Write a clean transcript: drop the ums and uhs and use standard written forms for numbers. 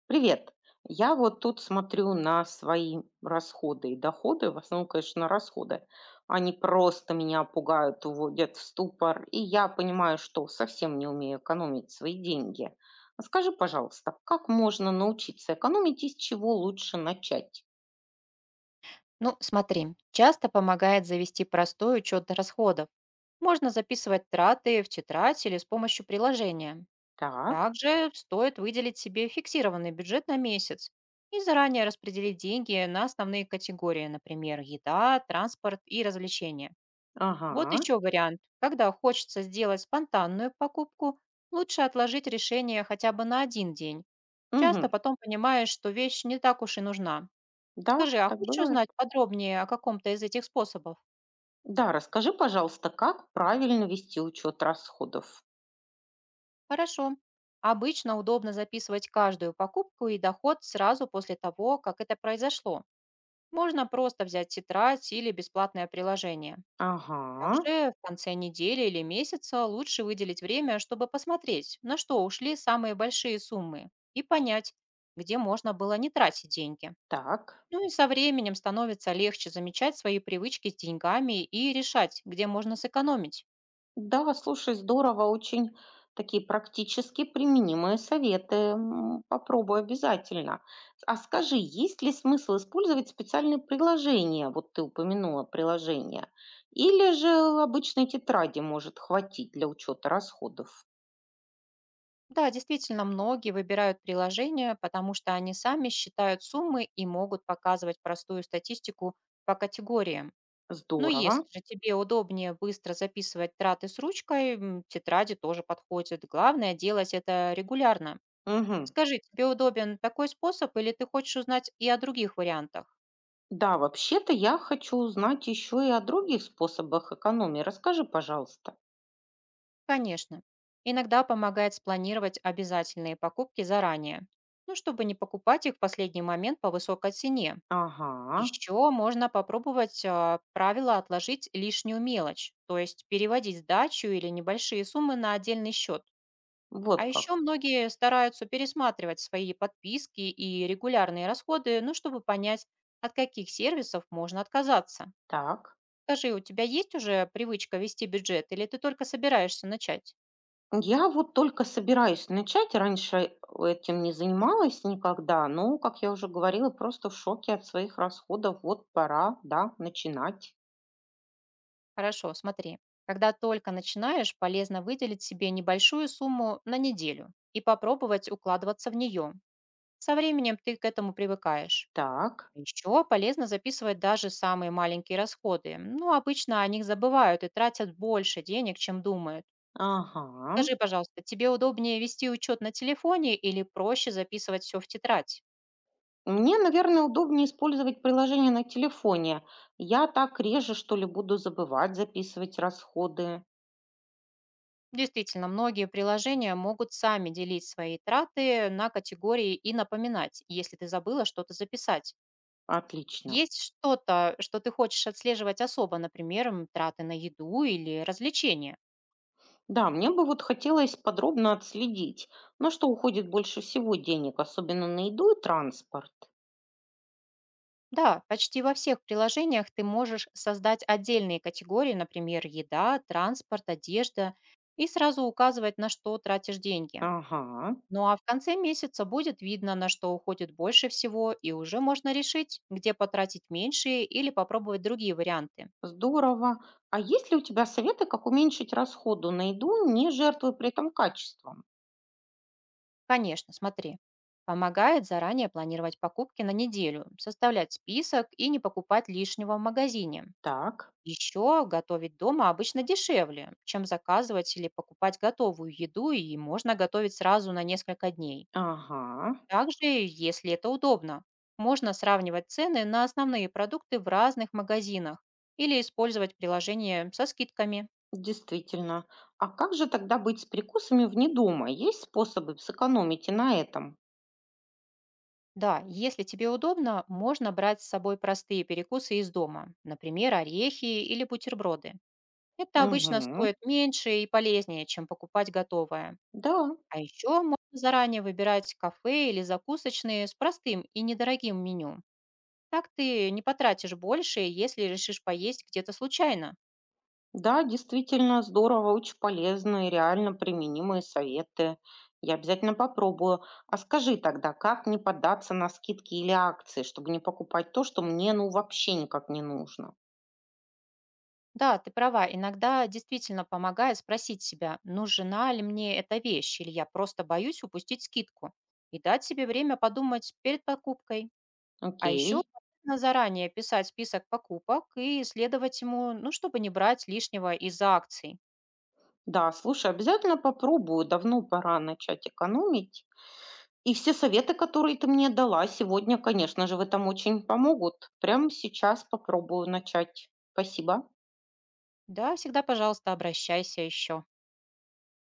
Привет. Я вот тут смотрю на свои расходы и доходы, в основном, конечно, на расходы. Они просто меня пугают, уводят в ступор, и я понимаю, что совсем не умею экономить свои деньги. А скажи, пожалуйста, как можно научиться экономить и с чего лучше начать? Ну, смотри, часто помогает завести простой учет расходов. Можно записывать траты в тетрадь или с помощью приложения. Так, Также стоит выделить себе фиксированный бюджет на месяц и заранее распределить деньги на основные категории, например, еда, транспорт и развлечения. Вот ага, еще вариант. Когда хочется сделать спонтанную покупку, лучше отложить решение хотя бы на один день. мгм. Часто потом понимаешь, что вещь не так уж и нужна. Да, Скажи, а так хочешь бывает. узнать подробнее о каком-то из этих способов? Да, расскажи, пожалуйста, как правильно вести учет расходов? Хорошо. Обычно удобно записывать каждую покупку и доход сразу после того, как это произошло. Можно просто взять тетрадь или бесплатное приложение. Ага, Также в конце недели или месяца лучше выделить время, чтобы посмотреть, на что ушли самые большие суммы, и понять, где можно было не тратить деньги. так. Ну и со временем становится легче замечать свои привычки с деньгами и решать, где можно сэкономить. Да, слушай, здорово, очень такие практически применимые советы. Попробуй обязательно. А скажи, есть ли смысл использовать специальные приложения? Вот ты упомянула приложения. Или же обычной тетради может хватить для учета расходов? Да, действительно, многие выбирают приложения, потому что они сами считают суммы и могут показывать простую статистику по категориям. Но если Здорово. же тебе удобнее быстро записывать траты с ручкой, тетради тоже подходят. Главное делать это регулярно. Мгм. Скажи, тебе удобен такой способ или ты хочешь узнать и о других вариантах? Да, вообще-то я хочу узнать еще и о других способах экономии. Расскажи, пожалуйста. Конечно. Иногда помогает спланировать обязательные покупки заранее, ну, чтобы не покупать их в последний момент по высокой цене. Ага, Еще можно попробовать правило отложить лишнюю мелочь, то есть переводить сдачу или небольшие суммы на отдельный счет. вот А как. еще многие стараются пересматривать свои подписки и регулярные расходы, ну, чтобы понять, от каких сервисов можно отказаться. Так. Скажи, у тебя есть уже привычка вести бюджет или ты только собираешься начать? Я вот только собираюсь начать. Раньше этим не занималась никогда, но, как я уже говорила, просто в шоке от своих расходов. Вот пора, да, начинать. Хорошо, смотри. Когда только начинаешь, полезно выделить себе небольшую сумму на неделю и попробовать укладываться в нее. Со временем ты к этому привыкаешь. Так, Еще полезно записывать даже самые маленькие расходы. Ну, обычно о них забывают и тратят больше денег, чем думают. ага. Скажи, пожалуйста, тебе удобнее вести учет на телефоне или проще записывать все в тетрадь? Мне, наверное, удобнее использовать приложение на телефоне. Я так реже, что ли, буду забывать записывать расходы. Действительно, многие приложения могут сами делить свои траты на категории и напоминать, если ты забыла что-то записать. Отлично. Есть что-то, что ты хочешь отслеживать особо, например, траты на еду или развлечения? Да, мне бы вот хотелось подробно отследить, на что уходит больше всего денег, особенно на еду и транспорт. Да, почти во всех приложениях ты можешь создать отдельные категории, например, еда, транспорт, одежда, и сразу указывать, на что тратишь деньги. Ага. Ну а в конце месяца будет видно, на что уходит больше всего, и уже можно решить, где потратить меньше или попробовать другие варианты. Здорово. А есть ли у тебя советы, как уменьшить расходы на еду, не жертвуя при этом качеством? Конечно, смотри. Помогает заранее планировать покупки на неделю, составлять список и не покупать лишнего в магазине. Так, Еще готовить дома обычно дешевле, чем заказывать или покупать готовую еду, и можно готовить сразу на несколько дней. ага, Также, если это удобно, можно сравнивать цены на основные продукты в разных магазинах или использовать приложение со скидками. действительно. А как же тогда быть с прикусами вне дома? Есть способы сэкономить и на этом? Да, если тебе удобно, можно брать с собой простые перекусы из дома, например, орехи или бутерброды. Это обычно Угу. стоит меньше и полезнее, чем покупать готовое. Да, А еще можно заранее выбирать кафе или закусочные с простым и недорогим меню. Так ты не потратишь больше, если решишь поесть где-то случайно. да, действительно здорово, очень полезные, реально применимые советы. Я обязательно попробую. А скажи тогда, как не поддаться на скидки или акции, чтобы не покупать то, что мне ну вообще никак не нужно? Да, ты права, иногда действительно помогает спросить себя, нужна ли мне эта вещь, или я просто боюсь упустить скидку. И дать себе время подумать перед покупкой. А еще Окей. полезно заранее писать список покупок и следовать ему, ну, чтобы не брать лишнего из акций. Да, слушай, обязательно попробую. Давно пора начать экономить. И все советы, которые ты мне дала сегодня, конечно же, в этом очень помогут. Прямо сейчас попробую начать. Спасибо. Да, всегда, пожалуйста, обращайся еще.